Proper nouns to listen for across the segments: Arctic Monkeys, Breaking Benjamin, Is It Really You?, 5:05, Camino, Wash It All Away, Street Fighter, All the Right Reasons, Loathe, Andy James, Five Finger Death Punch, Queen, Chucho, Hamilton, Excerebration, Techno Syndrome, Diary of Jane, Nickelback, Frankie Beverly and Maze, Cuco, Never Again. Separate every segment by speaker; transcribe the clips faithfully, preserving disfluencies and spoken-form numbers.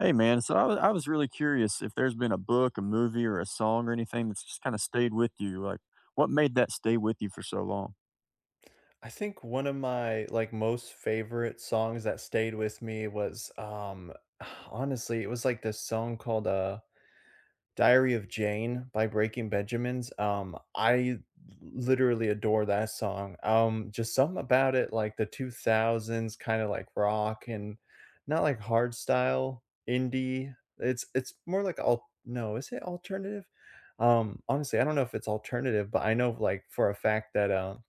Speaker 1: Hey man, so I was I was really curious if there's been a book, a movie, or a song or anything that's just kind of stayed with you. Like, what made that stay with you for so long?
Speaker 2: I think one of my, like, most favorite songs that stayed with me was, um, honestly, it was, like, this song called, uh, Diary of Jane by Breaking Benjamins. Um, I l literally adore that song. Um, just something about it, like, the two thousands, kinda, like, rock, and not, like, hard style indie. It's it's more like al no, is it alternative? Um, honestly, I don't know if it's alternative, but I know, like, for a fact that, um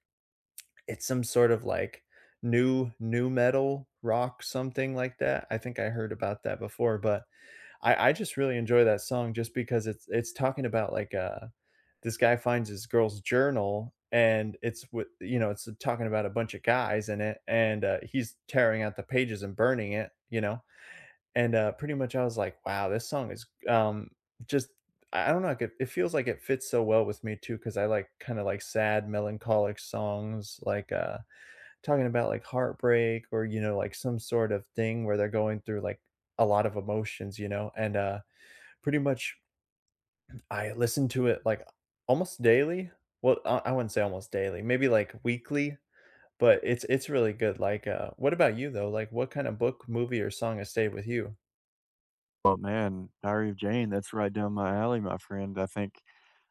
Speaker 2: it's some sort of like new new metal rock, something like that. I think I heard about that before, but I I just really enjoy that song just because it's it's talking about, like, uh, this guy finds his girl's journal and it's with you know, it's talking about a bunch of guys in it, and, uh, he's tearing out the pages and burning it, you know, and, uh, pretty much I was like, "Wow, this song is, um, just." I I don't know, like, it it feels like it fits so well with me too, because I like kinda like sad melancholic songs, like, uh, talking about, like, heartbreak, or, you know, like, some sort of thing where they're going through, like, a lot of emotions, you know, and, uh, pretty much I listen to it, like, almost daily. Well, I I wouldn't say almost daily, maybe, like, weekly, but it's it's really good, like, uh what about you, though? Like, what kinda book, movie, or song has stayed with you?
Speaker 1: Well, man, Diary of Jane, that's right down my alley, my friend. I think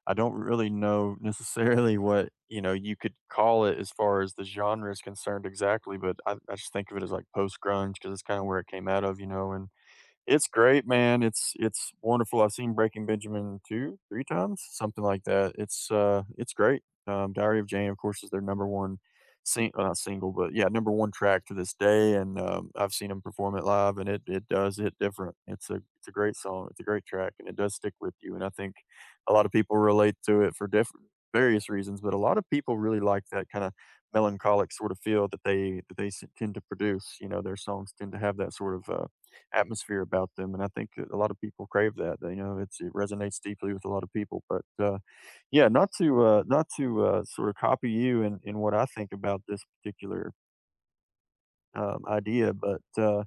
Speaker 1: I don't really know necessarily what you know you could call it as far as the genre is concerned exactly, but I, I just think of it as like post grunge because it's kind of where it came out of, you know, and it's great, man. It's it's wonderful. I've seen Breaking Benjamin two, three times, something like that. It's, uh, it's great. Um, Diary of Jane, of course, is their number one sing well, not single, but yeah, number one track to this day, and, um, I've seen seen them perform it live, and it it does hit different. It's a it's a great song, it's a great track, and it does stick with you, and I think a lot of people relate to it for different various reasons, but a lot of people really like that kinda melancholic sort of feel that they that they s tend to produce. You know, their songs tend to have that sort of, uh atmosphere about them, and I think that a lot of people crave that. You know, it's it resonates deeply with a lot of people. But uh, yeah, not to uh, not to uh, sort of copy you in, in what I think about this particular um, idea, but uh,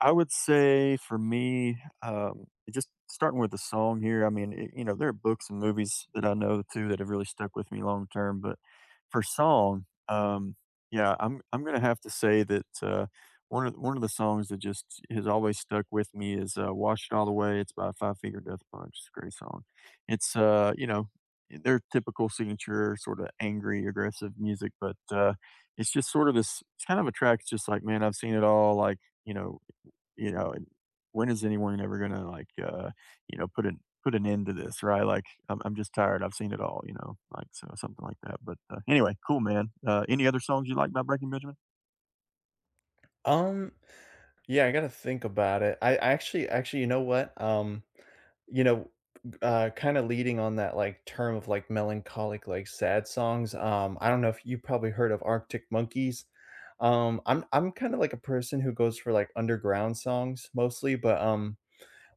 Speaker 1: I would say for me, um, just starting with the song here. I mean, it, you know, there are books and movies that I know too that have really stuck with me long term. But for song, um, yeah, I'm I'm gonna have to say that uh, one of one of the songs that just has always stuck with me is uh, "Wash It All Away." It's by Five Finger Death Punch. It's a great song. It's, uh, you know, their typical signature sort of angry, aggressive music, but uh, it's just sort of this. It's kind of a track. It's just like, man, I've seen it all. Like, you know, you know, and when is anyone ever gonna, like, uh, you know, put an put an end to this, right? Like, I'm I'm just tired. I've seen it all, you know, like, so something like that, but, uh, anyway, cool, man. Uh, any other songs you like by Breaking Benjamin?
Speaker 2: Um, Yeah, I gotta think about it. I I actually actually, you know what? Um, you know, uh, Kinda leading on that, like, term of, like, melancholic, like, sad songs, um, I don't know if you probably heard of Arctic Monkeys. Um, I'm I'm kinda like a person who goes for, like, underground songs mostly, but, um,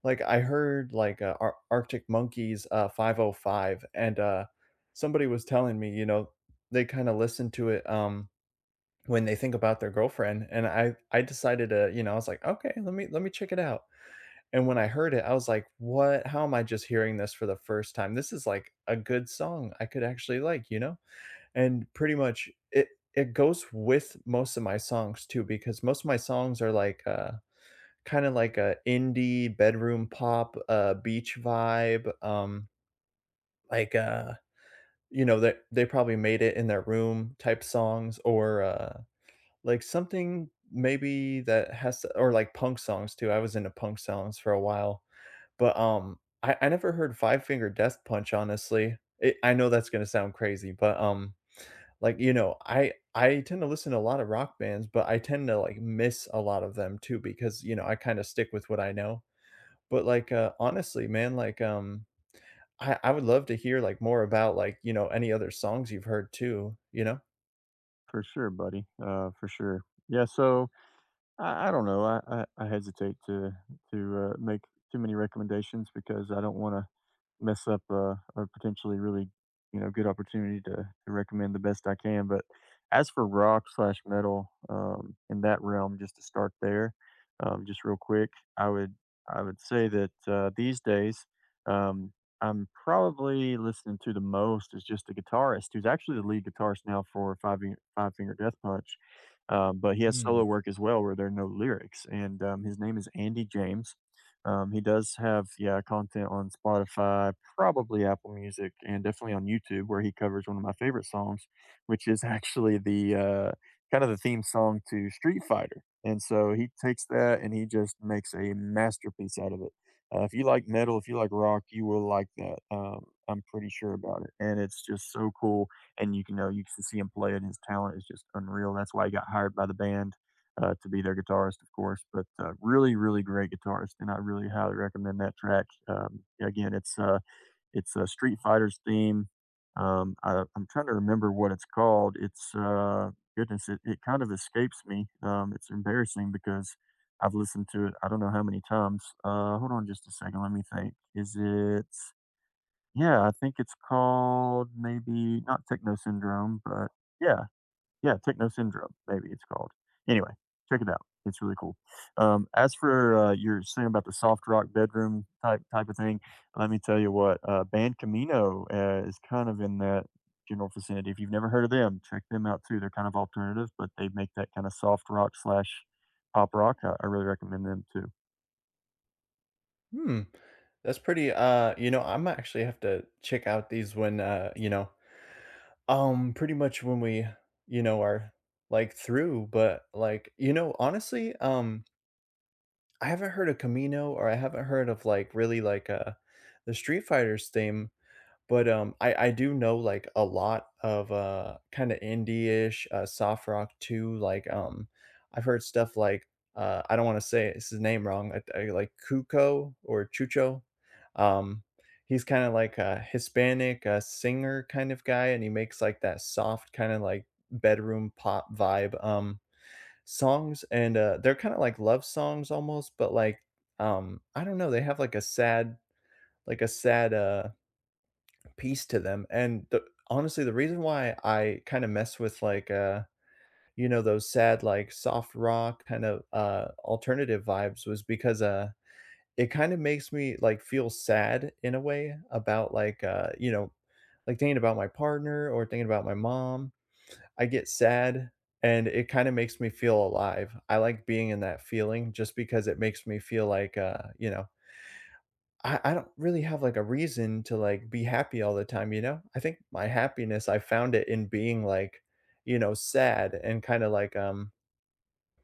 Speaker 2: like, I heard, like, uh, Ar Arctic Monkeys, uh, five oh five, and, uh, somebody was telling me, you know, they kinda listened to it, um when they think about their girlfriend, and I I decided to, you know, I was like, "Okay, let me let me check it out." And when I heard it, I was like, "What? How am I just hearing this for the first time? This is like a good song I could actually like, you know?" And pretty much it it goes with most of my songs too, because most of my songs are like uh kind of like a indie bedroom pop, uh beach vibe, um like uh you know, that they, they probably made it in their room type songs, or uh like, something maybe that has to, or, like, punk songs too. I was into punk songs for a while, but, um, I I never heard Five Finger Death Punch, honestly. It I know that's gonna sound crazy, but, um, like, you know, I I tend to listen to a lot of rock bands, but I tend to, like, miss a lot of them too, because, you know, I kinda stick with what I know. But, like, uh, honestly, man, like, um, I I would love to hear, like, more about, like, you know, any other songs you've heard too, you know?
Speaker 1: For sure, buddy. Uh, for sure. Yeah, so I I don't know. I I I hesitate to to, uh, make too many recommendations because I don't wanna mess up a a potentially really, you know, good opportunity to to recommend the best I can, but as for rock slash metal, um, in that realm, just to start there, um, just real quick, I would I would say that, uh, these days, um, I'm probably listening to the most is just a guitarist who's actually the lead guitarist now for Five Finger Five Finger Death Punch. Um, but he has
Speaker 2: Hmm.
Speaker 1: solo work as well where there are no lyrics, and um, his name is Andy James. Um, he does have yeah content on Spotify, probably Apple Music, and definitely on YouTube where he covers one of my favorite songs, which is actually the uh, kind of the theme song to Street Fighter. And so he takes that and he just makes a masterpiece out of it. Uh, if you like metal, if you like rock, you will like that. Um, I'm pretty sure about it, and it's just so cool, and you can know, you can see him play and his talent is just unreal. That's why he got hired by the band, uh, to be their guitarist, of course, but, uh, really, really great guitarist, and I really highly recommend that track. Um, again, it's, uh it's, uh, Street Fighter's theme. Um, I I'm trying to remember what it's called. It's, uh goodness, it it kind of escapes me. Um, it's embarrassing because I've listened to it I don't know how many times. Uh, hold on just a second, let me think. Is it yeah, I think it's called maybe not Techno Syndrome, but yeah, yeah, Techno Syndrome, maybe it's called. Anyway, check it out. It's really cool. Um, as for uh, your saying about the soft rock bedroom type type of thing, let me tell you what uh, band Camino uh, is kind of in that general vicinity. If you've never heard of them, check them out too. They're kind of alternative, but they make that kind of soft rock slash pop rock. I, I really recommend them too.
Speaker 2: Hmm, that's pretty, uh, you know, I'm actually have to check out these when, uh, you know, um, pretty much when we, you know, are like through, but like, you know, honestly, um, I haven't heard of Camino, or I haven't heard of like really like uh the Street Fighters theme, but, um, I I do know, like, a lot of, uh, kinda indie-ish, uh, soft rock too, like, um, I've heard stuff like, uh, I don't wanna say his name wrong, I I like Cuco or Chucho, um, he's kinda like a Hispanic, uh, singer kind of guy, and he makes, like, that soft kinda, like, bedroom pop vibe, um, songs, and, uh, they're kinda like love songs almost, but, like, um, I don't know, they have, like, a sad like, a sad, uh piece to them. And the honestly, the reason why I kinda mess with, like, uh, you know, those sad, like, soft rock kind of, uh, alternative vibes was because, uh, it kinda makes me, like, feel sad in a way about, like, uh, you know, like, thinking about my partner or thinking about my mom. I get sad, and it kinda makes me feel alive. I like being in that feeling just because it makes me feel like, uh, you know, I I don't really have, like, a reason to, like, be happy all the time, you know? I think my happiness, I found it in being, like, you know, sad and kinda, like, um,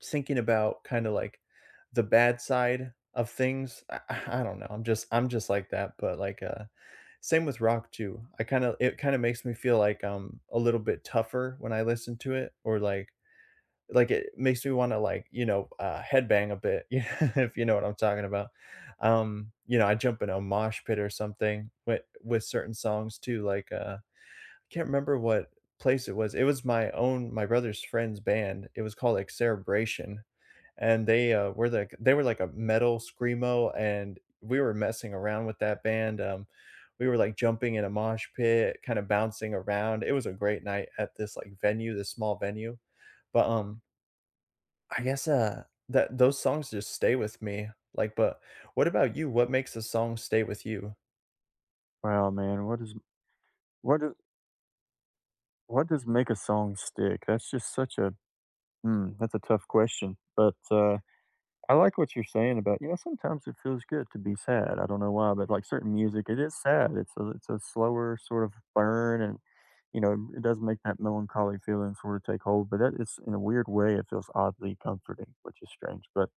Speaker 2: thinking about kinda, like, the bad side of things. I I I don't know, I'm just I'm just like that, but, like, uh same with rock too. I kinda it kinda makes me feel like um a little bit tougher when I listen to it, or, like like, it makes me wanna, like, you know, uh, headbang a bit, you know, if you know what I'm talking about. Um, you know, I jump in a mosh pit or something with with certain songs too, like, uh, I can't remember what place it was. It was my own my brother's friend's band. It was called Excerebration, and they, uh, were like they were like a metal screamo, and we were messing around with that band, um, we were, like, jumping in a mosh pit, kinda bouncing around. It was a great night at this, like, venue, this small venue, but, um I guess, uh, that those songs just stay with me, like, but what about you? What makes a song stay with you?
Speaker 1: Wow, man, what is what is what does make a song stick? That's just such a hmm. That's a tough question, but, uh I like what you're saying about, you know, sometimes it feels good to be sad. I don't know why, but like certain music, it is sad. It's a it's a slower sort of burn, and you know, it does make that melancholy feeling sort of take hold. But that it's in a weird way, it feels oddly comforting, which is strange. But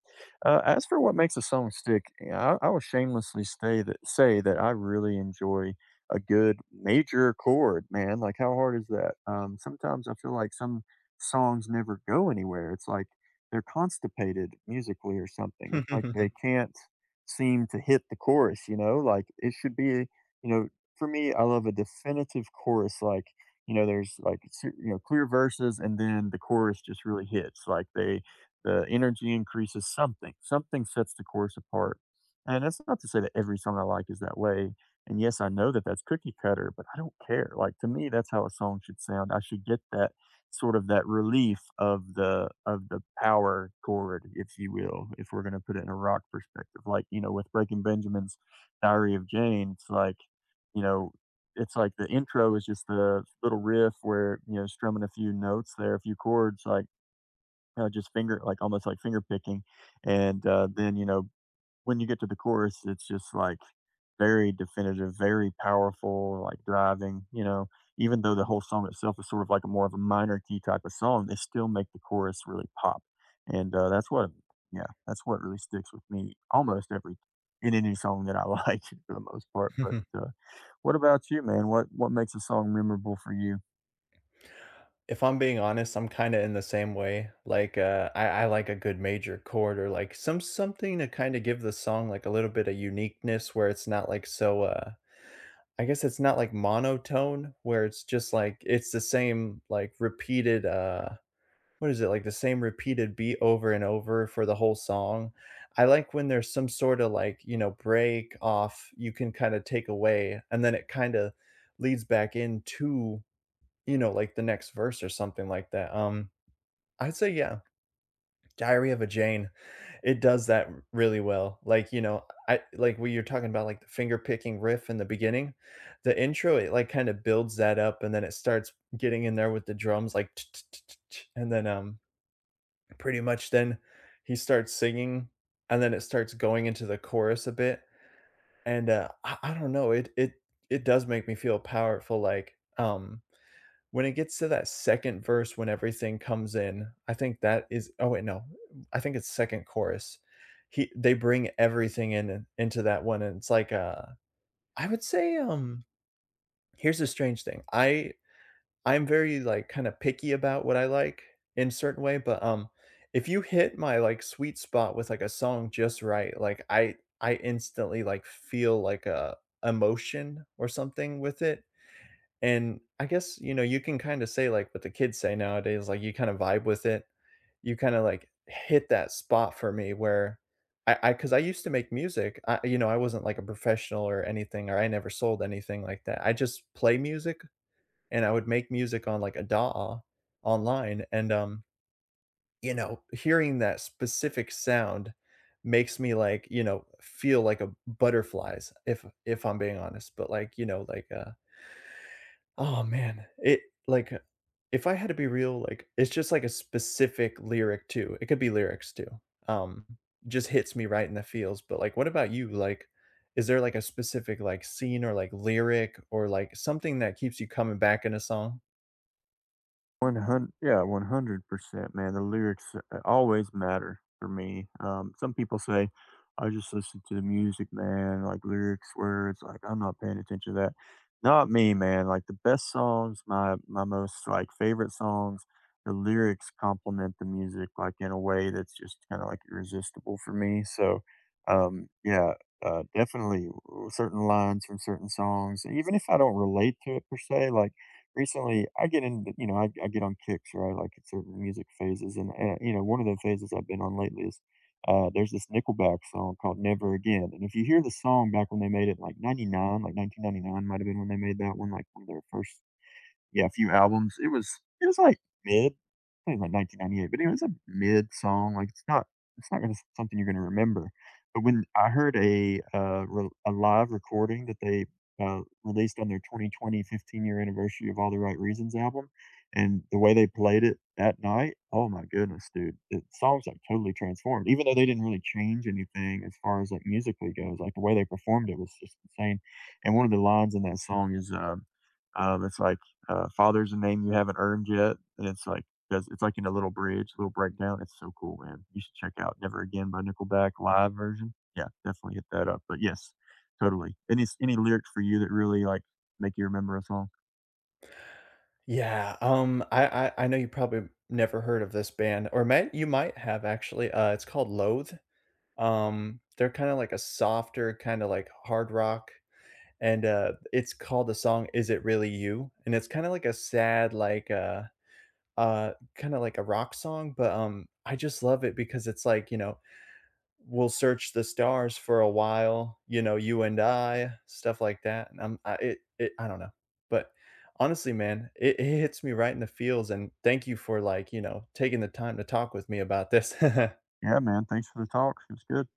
Speaker 1: uh, as for what makes a song stick, yeah, I, I will shamelessly say that say that I really enjoy a good major chord, man. Like how hard is that? Um, sometimes I feel like some songs never go anywhere. It's like they're constipated musically or something. It's like they can't seem to hit the chorus, you know? Like it should be, you know, for me, I love a definitive chorus. Like, you know, there's like, s- you know, clear verses and then the chorus just really hits. Like they, the energy increases something, something sets the chorus apart. And that's not to say that every song I like is that way. And yes, I know that that's cookie cutter, but I don't care. Like to me, that's how a song should sound. I should get that sort of that relief of the of the power chord, if you will, if we're gonna put it in a rock perspective. Like, you know, with Breaking Benjamin's Diary of Jane, it's like, you know, it's like the intro is just the little riff where, you know, strumming a few notes there, a few chords, like, you know, just finger like, almost like finger picking, and, uh, then, you know, when you get to the chorus, it's just like very definitive, very powerful, like driving, you know, even though the whole song itself is sort of like a more of a minor key type of song, they still make the chorus really pop. And uh, that's what, yeah, that's what really sticks with me almost every, in any song that I like for the most part. But uh, what about you, man? What, what makes a song memorable for you?
Speaker 2: If I'm being honest, I'm kinda in the same way, like, uh, I I like a good major chord, or, like, some something to kinda give the song, like, a little bit of uniqueness where it's not, like, so, uh I guess it's not, like, monotone, where it's just, like, it's the same, like, repeated, uh what is it, like the same repeated beat over and over for the whole song. I like when there's some sort of like, you know, break off you can kind of take away, and then it kind of leads back into, you know, like the next verse or something like that. Um, I'd say, yeah, Diary of a Jane, it does that r- really well. Like, you know, I like what you're talking about, like the finger picking riff in the beginning, the intro, it like kind of builds that up, and then it starts getting in there with the drums, like, and then, um, pretty much then he starts singing, and then it starts going into the chorus a bit, and, uh, I I don't know, it it it does make me feel powerful, like, um, when it gets to that second verse when everything comes in, I think that is oh, wait, no, I think it's second chorus. He they bring everything in into that one, and it's like, uh I would say, um here's a strange thing. I I'm very, like, kinda picky about what I like in certain way, but, um, if you hit my, like, sweet spot with, like, a song just right, like, I I instantly, like, feel, like, a emotion or something with it, and I guess, you know, you can kinda say, like, what the kids say nowadays, like, you kinda vibe with it. You kinda, like, hit that spot for me where I because I used to make music. I you know, I wasn't, like, a professional or anything, or I never sold anything like that. I just play music, and I would make music on like a D A W online and, um, you know, hearing that specific sound makes me like, you know, feel like a butterflies, if if I'm being honest, but like, you know, like, uh, oh man, it like uh, if I had to be real, like it's just like a specific lyric too. It could be lyrics too. Um, just hits me right in the feels. But like, what about you? Like, is there like a specific like scene or like lyric or like something that keeps you coming back in a song?
Speaker 1: one hundred yeah, one hundred percent, man, the lyrics, uh, always matter for me. Um, some people say, "I just listen to the music, man, like, lyrics, words, like, I'm not paying attention to that." Not me, man, like, the best songs, my my most, like, favorite songs, the lyrics complement the music, like, in a way that's just kinda, like, irresistible for me, so, um, yeah, uh, definitely, uh, certain lines from certain songs, even if I don't relate to it per se, like recently I get into, you know, I, I get on kicks, right? Like at certain music phases. And, uh, you know, one of the phases I've been on lately is uh, there's this Nickelback song called Never Again. And if you hear the song back when they made it, like ninety-nine, like nineteen ninety-nine might have been when they made that one, like one of their first yeah, a few albums. It was it was like mid. I think it was like nineteen ninety-eight, but anyway, it's a mid song. Like it's not it's not gonna something you're gonna remember. But when I heard a uh, re- a live recording that they uh, released on their twenty twenty fifteen year anniversary of All the Right Reasons album, and the way they played it that night, oh my goodness, dude! The songs like totally transformed. Even though they didn't really change anything as far as like musically goes, like the way they performed it was just insane. And one of the lines in that song is. Um, um, it's like uh, father's a name you haven't earned yet, and it's like does it's like in a little bridge, little breakdown. It's so cool, man. You should check out "Never Again" by Nickelback live version. Yeah, definitely hit that up. But yes, totally. Any s any lyrics for you that really like make you remember a song?
Speaker 2: Yeah, um, I I I know you probably never heard of this band, or might you might have actually, uh, it's called Loathe. Um, they're kinda like a softer, kinda like hard rock, and, uh, it's called the song "Is It Really You?" And it's kinda like a sad, like, uh, uh, kinda like a rock song, but, um, I just love it because it's like, you know, we'll search the stars for a while, you know, you and I, stuff like that. And I'm I it it I don't know. But honestly, man, it, it hits me right in the feels, and thank you for like, you know, taking the time to talk with me about this.
Speaker 1: Yeah, man. Thanks for the talk. It was good.